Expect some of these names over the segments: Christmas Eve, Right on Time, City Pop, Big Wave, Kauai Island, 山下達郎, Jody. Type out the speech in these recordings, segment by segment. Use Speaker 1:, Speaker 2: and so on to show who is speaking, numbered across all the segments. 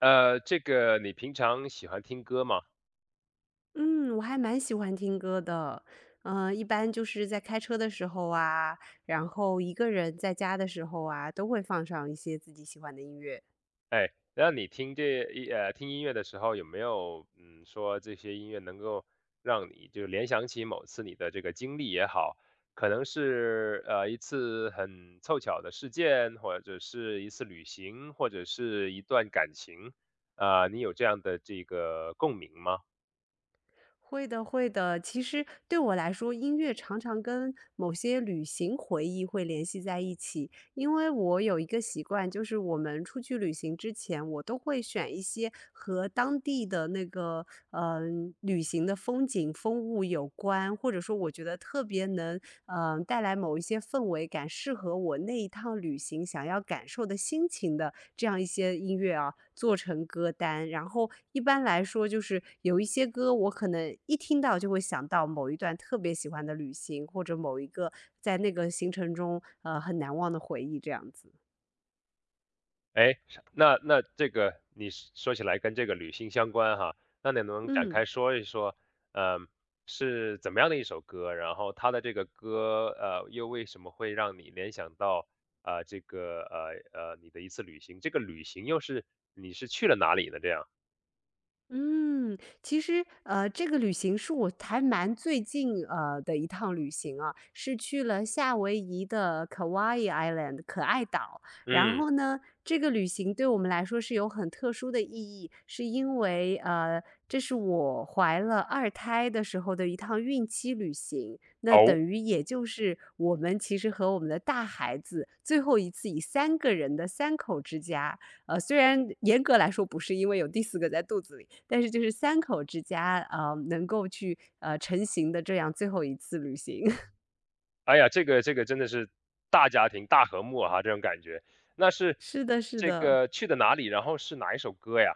Speaker 1: 这个你平常喜欢听歌吗？
Speaker 2: 嗯，我还蛮喜欢听歌的，一般就是在开车的时候啊，然后一个人在家的时候啊，都会放上一些自己喜欢的音乐。
Speaker 1: 哎，那你听听音乐的时候，有没有说这些音乐能够让你就联想起某次你的这个经历也好，可能是一次很凑巧的事件，或者是一次旅行，或者是一段感情，啊、你有这样的这个共鸣吗？
Speaker 2: 会的，会的。其实对我来说，音乐常常跟某些旅行回忆会联系在一起，因为我有一个习惯，就是我们出去旅行之前，我都会选一些和当地的那个旅行的风景、风物有关，或者说我觉得特别能带来某一些氛围感，适合我那一趟旅行想要感受的心情的这样一些音乐啊，做成歌单。然后一般来说，就是有一些歌，我可能一听到就会想到某一段特别喜欢的旅行，或者某一个在那个行程中很难忘的回忆这样子。
Speaker 1: 哎，那这个你说起来跟这个旅行相关哈，那你能展
Speaker 2: 嗯。
Speaker 1: 开说一说，呃，是怎么样的一首歌？然后它的这个歌，又为什么会让你联想到，这个你的一次旅行？这个旅行又是你是去了哪里呢？这样，
Speaker 2: 嗯，其实，这个旅行是我还蛮最近的一趟旅行啊，是去了夏威夷的 Kauai Island 可爱岛。然
Speaker 1: 嗯，
Speaker 2: 后呢，这个旅行对我们来说是有很特殊的意义，是因为这是我怀了二胎的时候的一趟孕期旅行。那等
Speaker 1: 哦，
Speaker 2: 于也就是我们其实和我们的大孩子最后一次以三个人的三口之家虽然严格来说不是，因为有第四个在肚子里，但是就是三口之家，能够去，成型的这样最后一次旅行。
Speaker 1: 哎呀，这个这个真的是大家庭大和睦哈，这种感觉。那是
Speaker 2: 是的是
Speaker 1: 这
Speaker 2: 的。
Speaker 1: 个去的哪里？然后是哪一首歌呀？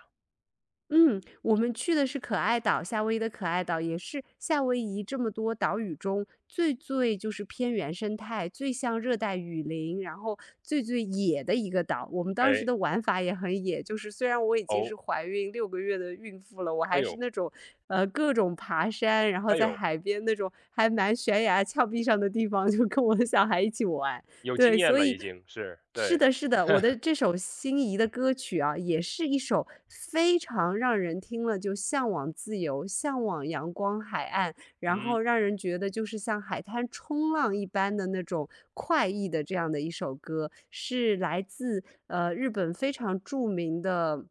Speaker 2: 嗯，我们去的是可爱岛，夏威夷的可爱岛也是夏威夷这么多岛屿中最最就是偏原生态，最像热带雨林，然后最最野的一个岛。我们当时
Speaker 1: 哎，
Speaker 2: 的玩法也很野，就是虽然我已经是
Speaker 1: 哦，
Speaker 2: 怀孕6个月的孕妇了，我
Speaker 1: 哎
Speaker 2: 还是
Speaker 1: 呦，
Speaker 2: 那种各种爬山，然后
Speaker 1: 哎
Speaker 2: 在
Speaker 1: 呦。
Speaker 2: 海边那种还蛮悬崖峭壁上的地方，就跟我的小孩一起玩。
Speaker 1: 有经
Speaker 2: 对，
Speaker 1: 验
Speaker 2: 所
Speaker 1: 了
Speaker 2: 以
Speaker 1: 已经是，
Speaker 2: 是
Speaker 1: 对，
Speaker 2: 的是的，我的这首心仪的歌曲啊，也是一首非常让人听了就向往自由、向往阳光海岸，然
Speaker 1: 嗯，
Speaker 2: 后让人觉得就是像海滩冲浪一般的那种快意的这样的一首歌，是来自，日本非常著名的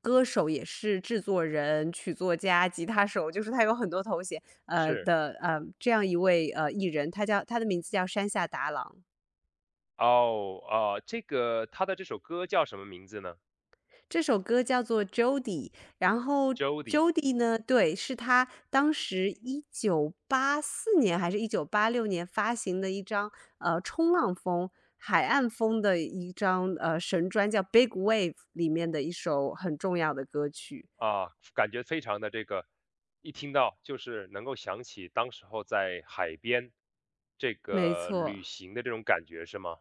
Speaker 2: 歌手，也是制作人、曲作家、吉他手，就是他有很多头衔，
Speaker 1: 是。
Speaker 2: 的，这样一位，艺人，他叫他的名字叫山下达郎。
Speaker 1: 哦，啊，这个他的这首歌叫什么名字呢
Speaker 2: 这首歌叫做《Jody》，然后
Speaker 1: ？Jody，
Speaker 2: Jody 呢，对，是他当时1984年还是1986年发行的一张，冲浪风、海岸风的一张，神专叫《Big Wave》里面的一首很重要的歌曲，
Speaker 1: 啊，感觉非常的这个一听到就是能够想起当时候在海边这
Speaker 2: 没
Speaker 1: 个
Speaker 2: 错。
Speaker 1: 旅行的这种感觉是吗？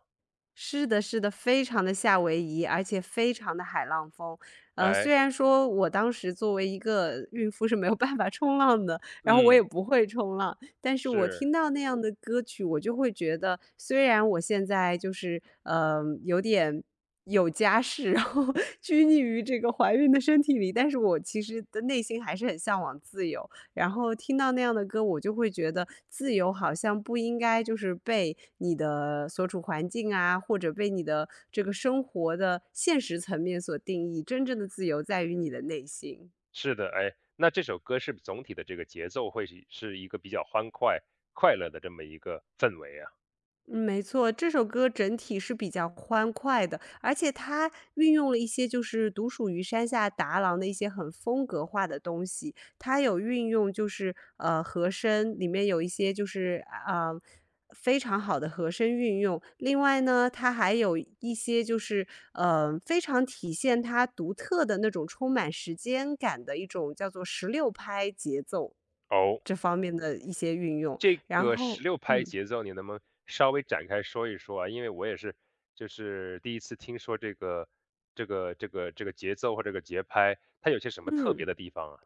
Speaker 2: 是的，是的，非常的夏威夷，而且非常的海浪风。
Speaker 1: 哎，
Speaker 2: 虽然说我当时作为一个孕妇是没有办法冲浪的，然后我也
Speaker 1: 嗯，
Speaker 2: 不会冲浪，但是我
Speaker 1: 是，
Speaker 2: 听到那样的歌曲，我就会觉得，虽然我现在就是，有点有家室，然后 拘泥于这个怀孕的身体里，但是我其实的内心还是很向往自由。然后听到那样的歌，我就会觉得自由好像不应该就是被你的所处环境啊，或者被你的这个生活的现实层面所定义，真正的自由在于你的内心。
Speaker 1: 是的，哎，那这首歌是不是总体的这个节奏会是一个比较欢快、快乐的这么一个氛围啊？
Speaker 2: 嗯，没错，这首歌整体是比较欢快的，而且它运用了一些就是独属于山下达郎的一些很风格化的东西。它有运用就是和声，里面有一些就是非常好的和声运用。另外呢，它还有一些就是非常体现它独特的那种充满时间感的一种叫做十六拍节奏
Speaker 1: 哦。
Speaker 2: 这方面的一些运用。
Speaker 1: 这
Speaker 2: 然
Speaker 1: 个
Speaker 2: 后，
Speaker 1: 16拍
Speaker 2: 嗯
Speaker 1: 节奏，你能不能稍微展开说一说啊？因为我也是，就是第一次听说这个节奏或这个节拍，它有些什么特
Speaker 2: 嗯。
Speaker 1: 别的地方啊？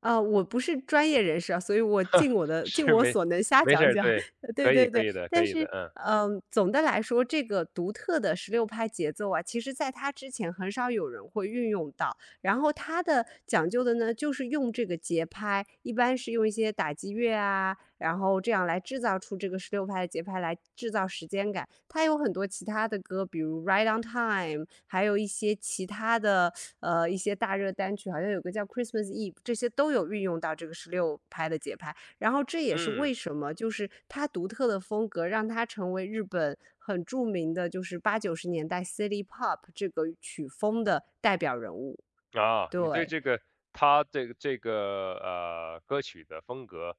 Speaker 2: 啊，我不是专业人士啊，所以我尽
Speaker 1: 是
Speaker 2: 我
Speaker 1: 没
Speaker 2: 所能瞎
Speaker 1: 没事
Speaker 2: 讲
Speaker 1: 儿，
Speaker 2: 讲。
Speaker 1: 对，
Speaker 2: 对
Speaker 1: 可
Speaker 2: 对
Speaker 1: 以可
Speaker 2: 对，
Speaker 1: 以的，可
Speaker 2: 但
Speaker 1: 以
Speaker 2: 是，
Speaker 1: 的，嗯
Speaker 2: 总的来说，这个独特的十六拍节奏啊，其实在它之前很少有人会运用到。然后它的讲究的呢，就是用这个节拍，一般是用一些打击乐啊，然后这样来制造出这个十六拍的节拍，来制造时间感。它有很多其他的歌，比如《Right on Time》，还有一些其他的一些大热单曲，好像有个叫《Christmas Eve》，这些都有运用到这个十六拍的节拍。然后这也是为
Speaker 1: 嗯。
Speaker 2: 什么，就是它独特的风格，让它成为日本很著名的，就是八九十年代 City Pop 这个曲风的代表人物。
Speaker 1: 啊，你对
Speaker 2: 对，
Speaker 1: 这个他歌曲的风格，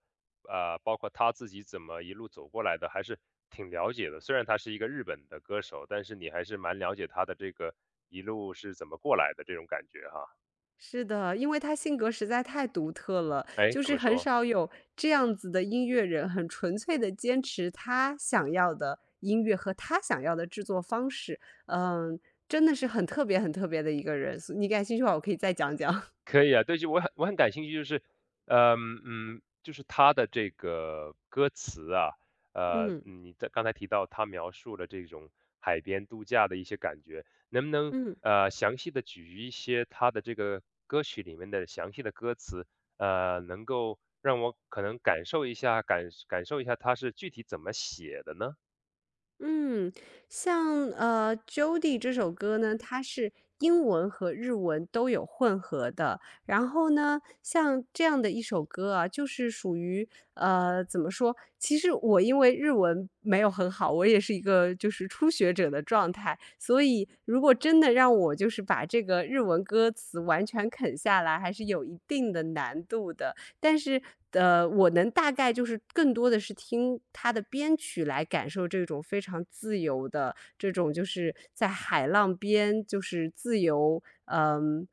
Speaker 1: 包括他自己怎么一路走过来的，还是挺了解的。虽然他是一个日本的歌手，但是你还是蛮了解他的这个一路是怎么过来的这种感觉哈。
Speaker 2: 是的，因为他性格实在太独特了，
Speaker 1: 哎，
Speaker 2: 就
Speaker 1: 怎
Speaker 2: 是
Speaker 1: 么
Speaker 2: 很
Speaker 1: 说？
Speaker 2: 少有这样子的音乐人，很纯粹的坚持他想要的音乐和他想要的制作方式。嗯，真的是很特别很特别的一个人，所你感兴趣的话我可以再讲讲。
Speaker 1: 可以啊，对，就我很我很感兴趣，就是他的这个歌词啊，
Speaker 2: 嗯。
Speaker 1: 你在刚才提到他描述了这种海边度假的一些感觉，能不能
Speaker 2: 嗯。
Speaker 1: 详细的举一些他的这个歌曲里面的详细的歌词，能够让我可能感受一下，感受一下他是具体怎么写的呢？
Speaker 2: 嗯，像《Jody》这首歌呢，它是英文和日文都有混合的。然后呢，像这样的一首歌啊，就是属于怎么说？其实我因为日文没有很好，我也是一个就是初学者的状态，所以如果真的让我就是把这个日文歌词完全啃下来，还是有一定的难度的。但是我能大概就是更多的是听他的编曲来感受这种非常自由的这种就是在海浪边就是自由，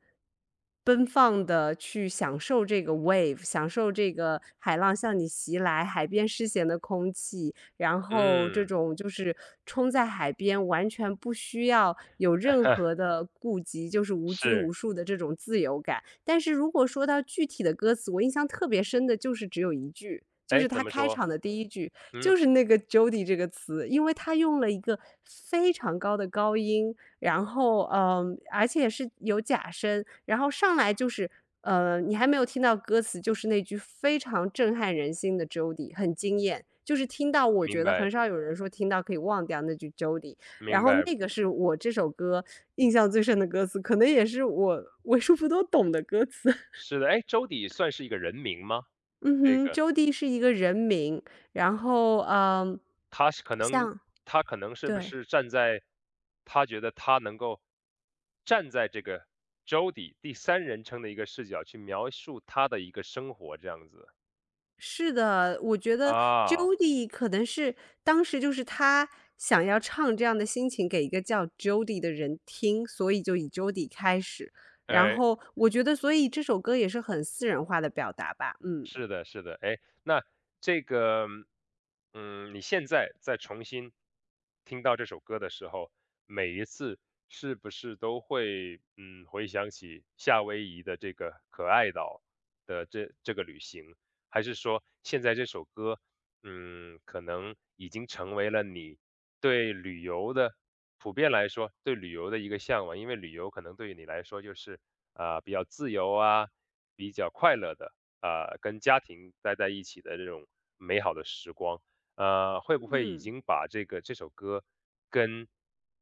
Speaker 2: 奔放的去享受这个 wave，享受这个海浪向你袭来，海边湿咸的空气，然后这
Speaker 1: 嗯
Speaker 2: 种就是冲在海边，完全不需要有任何 的顾及，就是无拘无
Speaker 1: 是，
Speaker 2: 束的这种自由感。但是如果说到具体的歌词，我印象特别深的就是只有一句，就
Speaker 1: 哎，
Speaker 2: 是
Speaker 1: 怎
Speaker 2: 他
Speaker 1: 么
Speaker 2: 开
Speaker 1: 说？
Speaker 2: 场的第一句，就
Speaker 1: 嗯，
Speaker 2: 是那个 Jody 这个词，因为他用了一个非常高的高音，然后，而且是有假声，然后上来就是，你还没有听到歌词，就是那句非常震撼人心的 Jody，很惊艳，就是听到我
Speaker 1: 明
Speaker 2: 觉得
Speaker 1: 白
Speaker 2: 很少有人说听到可以忘掉那句 Jody。然
Speaker 1: 明
Speaker 2: 后
Speaker 1: 白，
Speaker 2: 那个是我这首歌印象最深的歌词，可能也是我为数不多懂的歌词。
Speaker 1: 是的，哎，周底算是一个人名吗？
Speaker 2: 嗯
Speaker 1: 这
Speaker 2: 哼
Speaker 1: 个，
Speaker 2: ，Jody 是一个人名，然后，
Speaker 1: 他是可能
Speaker 2: 像
Speaker 1: 他可能是不
Speaker 2: 对，
Speaker 1: 是站在他觉得他能够站在这个 Jody 第三人称的一个视角去描述他的一个生活这样子。
Speaker 2: 是的，我觉得
Speaker 1: 啊，
Speaker 2: Jody 可能是当时就是他想要唱这样的心情给一个叫 Jody 的人听，所以就以 Jody 开始。然
Speaker 1: 哎。
Speaker 2: 后我觉得所以这首歌也是很私人化的表达吧，嗯。
Speaker 1: 是的，是的，哎，那这个，你现在再重新听到这首歌的时候，每一次是不是都会，回想起夏威夷的这个可爱岛的这个旅行，还是说现在这首歌，可能已经成为了你对旅游的，普遍来说，对旅游的一个向往，因为旅游可能对于你来说就是啊，比较自由啊，比较快乐的。跟家庭待在一起的这种美好的时光，会不会已
Speaker 2: 嗯，
Speaker 1: 经把这个这首歌跟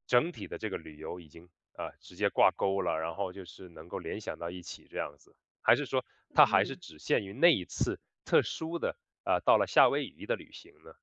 Speaker 1: 整体的这个旅游已经直接挂钩了，然后就是能够联想到一起这样子？还是说它还是
Speaker 2: 嗯。
Speaker 1: 只限于那一次特殊的到了夏威夷的旅行呢？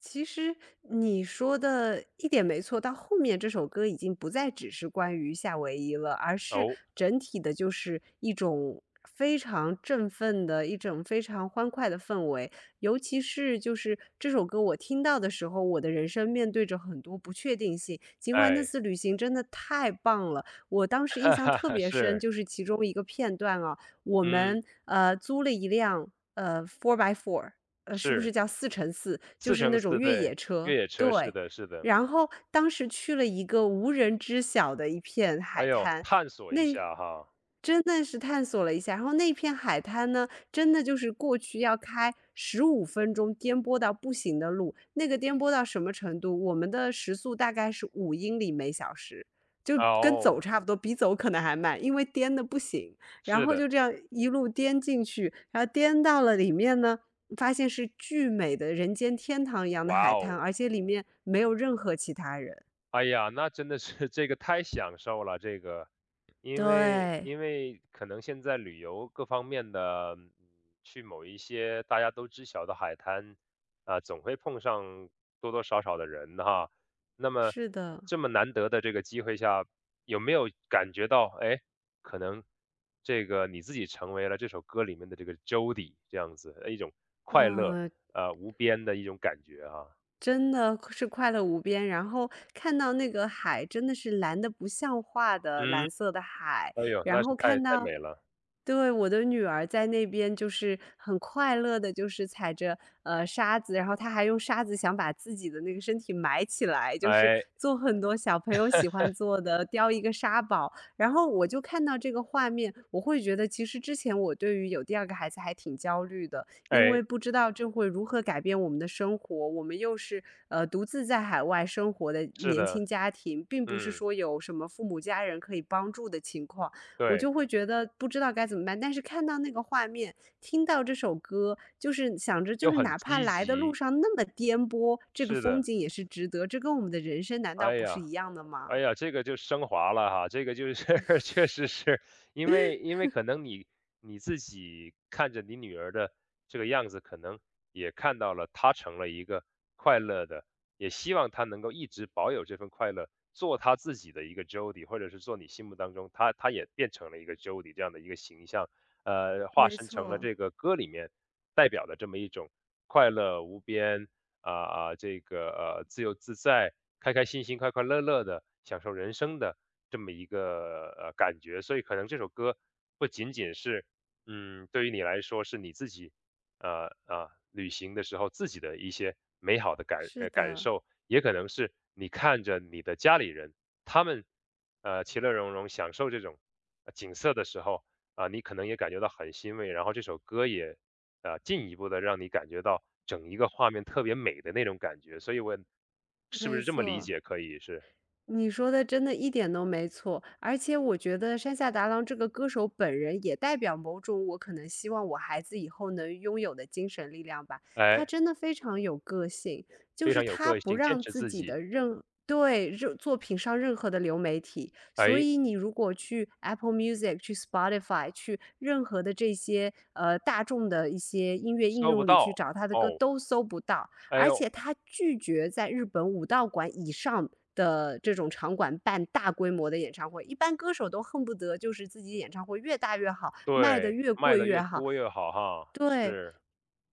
Speaker 2: 其实你说的一点没错，到后面这首歌已经不再只是关于夏威夷了，而是
Speaker 1: 哦，
Speaker 2: 整体的就是一种非常振奋的一种非常欢快的氛围。尤其是就是这首歌我听到的时候，我的人生面对着很多不确定性。尽管那
Speaker 1: 哎，
Speaker 2: 次旅行真的太棒了，我当 时印
Speaker 1: 哈
Speaker 2: 象
Speaker 1: 哈
Speaker 2: 特
Speaker 1: 哈，
Speaker 2: 别深，
Speaker 1: 是，
Speaker 2: 就是其中一个片段啊，我
Speaker 1: 嗯，
Speaker 2: 们租了一辆four by four。是不是
Speaker 1: 是
Speaker 2: 叫四乘四？就
Speaker 1: 四
Speaker 2: 是
Speaker 1: 乘
Speaker 2: 那种
Speaker 1: 四，
Speaker 2: 越野
Speaker 1: 对，越
Speaker 2: 车，
Speaker 1: 野车，是
Speaker 2: 对。
Speaker 1: 的，是的，
Speaker 2: 然后当时去了一个无人知晓的一片海
Speaker 1: 哎呦，
Speaker 2: 滩，
Speaker 1: 探索一
Speaker 2: 那
Speaker 1: 下哈，
Speaker 2: 真的是探索了一下，然后那片海滩呢，真的就是过去要开15分钟颠簸到不行的路，那个颠簸到什么程度，我们的时速大概是5英里每小时，就跟走
Speaker 1: 哦，
Speaker 2: 差不多，比走可能还慢，因为颠的不行。然
Speaker 1: 是
Speaker 2: 后就
Speaker 1: 的，
Speaker 2: 这样一路颠进去，然后颠到了里面呢，发现是巨美的人间天堂一样的
Speaker 1: 哇
Speaker 2: 海滩，
Speaker 1: 哦，
Speaker 2: 而且里面没有任何其他人。
Speaker 1: 哎呀，那真的是 这个太享受了，这个，
Speaker 2: 对。
Speaker 1: 因为可能现在旅游各方面的，嗯，去某一些大家都知晓的海滩，啊，总会碰上多多少少的人哈。那么
Speaker 2: 是的，
Speaker 1: 这么难得的这个机会下，有没有感觉到，哎，可能这个你自己成为了这首歌里面的这个 Jody 这样子，一种快乐，
Speaker 2: 嗯、
Speaker 1: 无边的一种感觉哈？
Speaker 2: 真的是快乐无边，然后看到那个海真的是蓝的不像话的
Speaker 1: 嗯，
Speaker 2: 蓝色的海，
Speaker 1: 哎呦，
Speaker 2: 然
Speaker 1: 那是
Speaker 2: 后
Speaker 1: 太
Speaker 2: 看
Speaker 1: 太
Speaker 2: 到
Speaker 1: 美了。
Speaker 2: 对，我的女儿在那边就是很快乐的，就是踩着，沙子，然后她还用沙子想把自己的那个身体埋起来，就是
Speaker 1: 哎，
Speaker 2: 做很多小朋友喜欢做的，雕一个沙堡。然后我就看到这个画面，我会觉得其实之前我对于有第二个孩子还挺焦虑的，因
Speaker 1: 哎，
Speaker 2: 为不知道这会如何改变我们的生活。我们又是独自在海外生活的
Speaker 1: 是
Speaker 2: 年
Speaker 1: 的，
Speaker 2: 轻家庭，并不是
Speaker 1: 嗯，
Speaker 2: 说有什么父母家人可以帮助的情况，我
Speaker 1: 对，
Speaker 2: 就会觉得不知道该怎么办。但是看到那个画面，听到这首歌，就是想着就
Speaker 1: 又
Speaker 2: 是
Speaker 1: 很
Speaker 2: 哪怕
Speaker 1: 积
Speaker 2: 来的路
Speaker 1: 极，
Speaker 2: 上那么颠簸，这个
Speaker 1: 是
Speaker 2: 风
Speaker 1: 的，
Speaker 2: 景也是值得。这跟我们的人生难道
Speaker 1: 哎
Speaker 2: 不是
Speaker 1: 呀。
Speaker 2: 一样的吗？
Speaker 1: 哎呀，这个就升华了哈，这个就是 确实是因为可能你自己看着你女儿的这个样子，可能也看到了她成了一个快乐的，也希望她能够一直保有这份快乐，做她自己的一个 Jody，或者是做你心目当中她也变成了一个 Jody 这样的一个形象，化
Speaker 2: 没
Speaker 1: 身成了
Speaker 2: 错，
Speaker 1: 这个歌里面代表的这么一种快乐无边，这个自由自在、开开心心、快快乐乐的享受人生的这么一个感觉。所以可能这首歌不仅仅是，对于你来说是你自己，旅行的时候自己的一些美好的
Speaker 2: 是
Speaker 1: 感
Speaker 2: 的，
Speaker 1: 受，也可能是你看着你的家里人，他们其乐融融享受这种景色的时候。啊，你可能也感觉到很欣慰，然后这首歌也进一步的让你感觉到整一个画面特别美的那种感觉。所以我是不
Speaker 2: 没
Speaker 1: 是这么理
Speaker 2: 错。
Speaker 1: 解可以是？
Speaker 2: 你说的真的一点都没错，而且我觉得山下达郎这个歌手本人也代表某种我可能希望我孩子以后能拥有的精神力量吧。
Speaker 1: 哎，
Speaker 2: 他真的非常有个性，就
Speaker 1: 非
Speaker 2: 是
Speaker 1: 常有
Speaker 2: 他
Speaker 1: 个
Speaker 2: 不
Speaker 1: 性，坚
Speaker 2: 让
Speaker 1: 持
Speaker 2: 自
Speaker 1: 自
Speaker 2: 己的
Speaker 1: 己，
Speaker 2: 任作品上任何的流媒体，所
Speaker 1: 哎，
Speaker 2: 以你如果去 Apple Music、去 Spotify、去任何的这些大众的一些音乐应
Speaker 1: 搜不
Speaker 2: 用里
Speaker 1: 到，
Speaker 2: 去找他的歌，
Speaker 1: 哦，
Speaker 2: 都搜不到。
Speaker 1: 哎
Speaker 2: 而
Speaker 1: 呦，
Speaker 2: 且他拒绝在日本武道馆以上的这种场馆办大规模的演唱会。一般歌手都恨不得就是自己演唱会越大越好，卖的
Speaker 1: 对，
Speaker 2: 越
Speaker 1: 卖
Speaker 2: 贵
Speaker 1: 的
Speaker 2: 越
Speaker 1: 越
Speaker 2: 好。
Speaker 1: 多越好哈，
Speaker 2: 对，
Speaker 1: 是，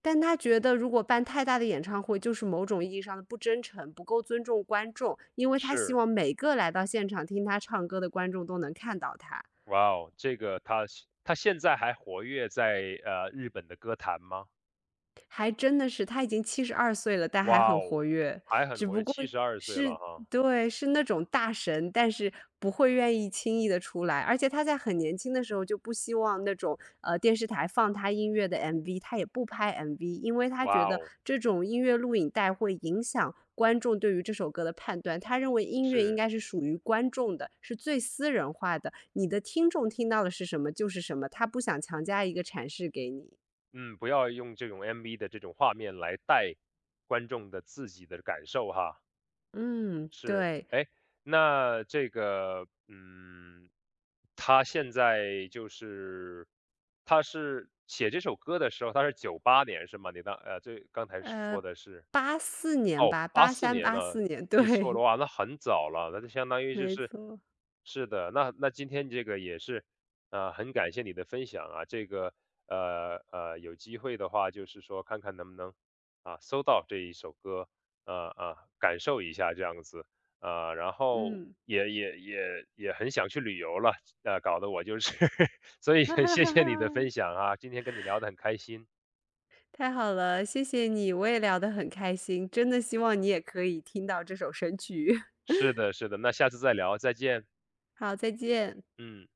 Speaker 2: 但他觉得如果办太大的演唱会，就是某种意义上的不真诚，不够尊重观众，因为他希
Speaker 1: 是，
Speaker 2: 望每个来到现场听他唱歌的观众都能看到他。
Speaker 1: 哇哦，这个他现在还活跃在，日本的歌坛吗？
Speaker 2: 还真的是，他已经72岁了，但还
Speaker 1: 哇
Speaker 2: 很
Speaker 1: 哦，
Speaker 2: 活跃。
Speaker 1: 还很
Speaker 2: 只
Speaker 1: 活
Speaker 2: 不
Speaker 1: 跃
Speaker 2: 过
Speaker 1: 72岁
Speaker 2: 是
Speaker 1: 了哈，
Speaker 2: 对，是那种大神，但是不会愿意轻易地出来。而且他在很年轻的时候就不希望那种，电视台放他音乐的 MV，他也不拍 MV，因为他觉
Speaker 1: 哇
Speaker 2: 得
Speaker 1: 哦，
Speaker 2: 这种音乐录影带会影响观众对于这首歌的判断。他认为音乐应
Speaker 1: 是。
Speaker 2: 该是属于观众的，是最私人化的，你的听众听到的是什么就是什么，他不想强加一个阐释给你。
Speaker 1: 嗯，不要用这种 MV 的这种画面来带观众的自己的感受哈，
Speaker 2: 嗯，
Speaker 1: 是，
Speaker 2: 对。
Speaker 1: 哎，那这个，他现在就是他是写这首歌的时候，他是98年是吗？你这刚才
Speaker 2: 呃
Speaker 1: 说的是。
Speaker 2: 八四年
Speaker 1: 哦
Speaker 2: 吧，
Speaker 1: 八
Speaker 2: 八
Speaker 1: 四
Speaker 2: 三
Speaker 1: 年呢，
Speaker 2: 八四年，
Speaker 1: 记错
Speaker 2: 对，
Speaker 1: 了，哇，那很早了，那就相当于就
Speaker 2: 没
Speaker 1: 是
Speaker 2: 错，
Speaker 1: 是的，那今天这个也是，很感谢你的分享啊，这个，有机会的话就是说看看能不能，啊，搜到这一首歌，啊啊，感受一下这样子，然后
Speaker 2: 嗯。
Speaker 1: 也很想去旅游了，啊，搞得我就是 所 以
Speaker 2: 哈
Speaker 1: 很
Speaker 2: 哈
Speaker 1: 谢
Speaker 2: 哈
Speaker 1: 谢你的分
Speaker 2: 哈，
Speaker 1: 享啊，今天跟你聊得很开心。
Speaker 2: 太好了，谢谢你，我也聊得很开心，真的希望你也可以听到这首神曲。
Speaker 1: 是的，是的，那下次再聊，再见，
Speaker 2: 好，再见。
Speaker 1: 嗯。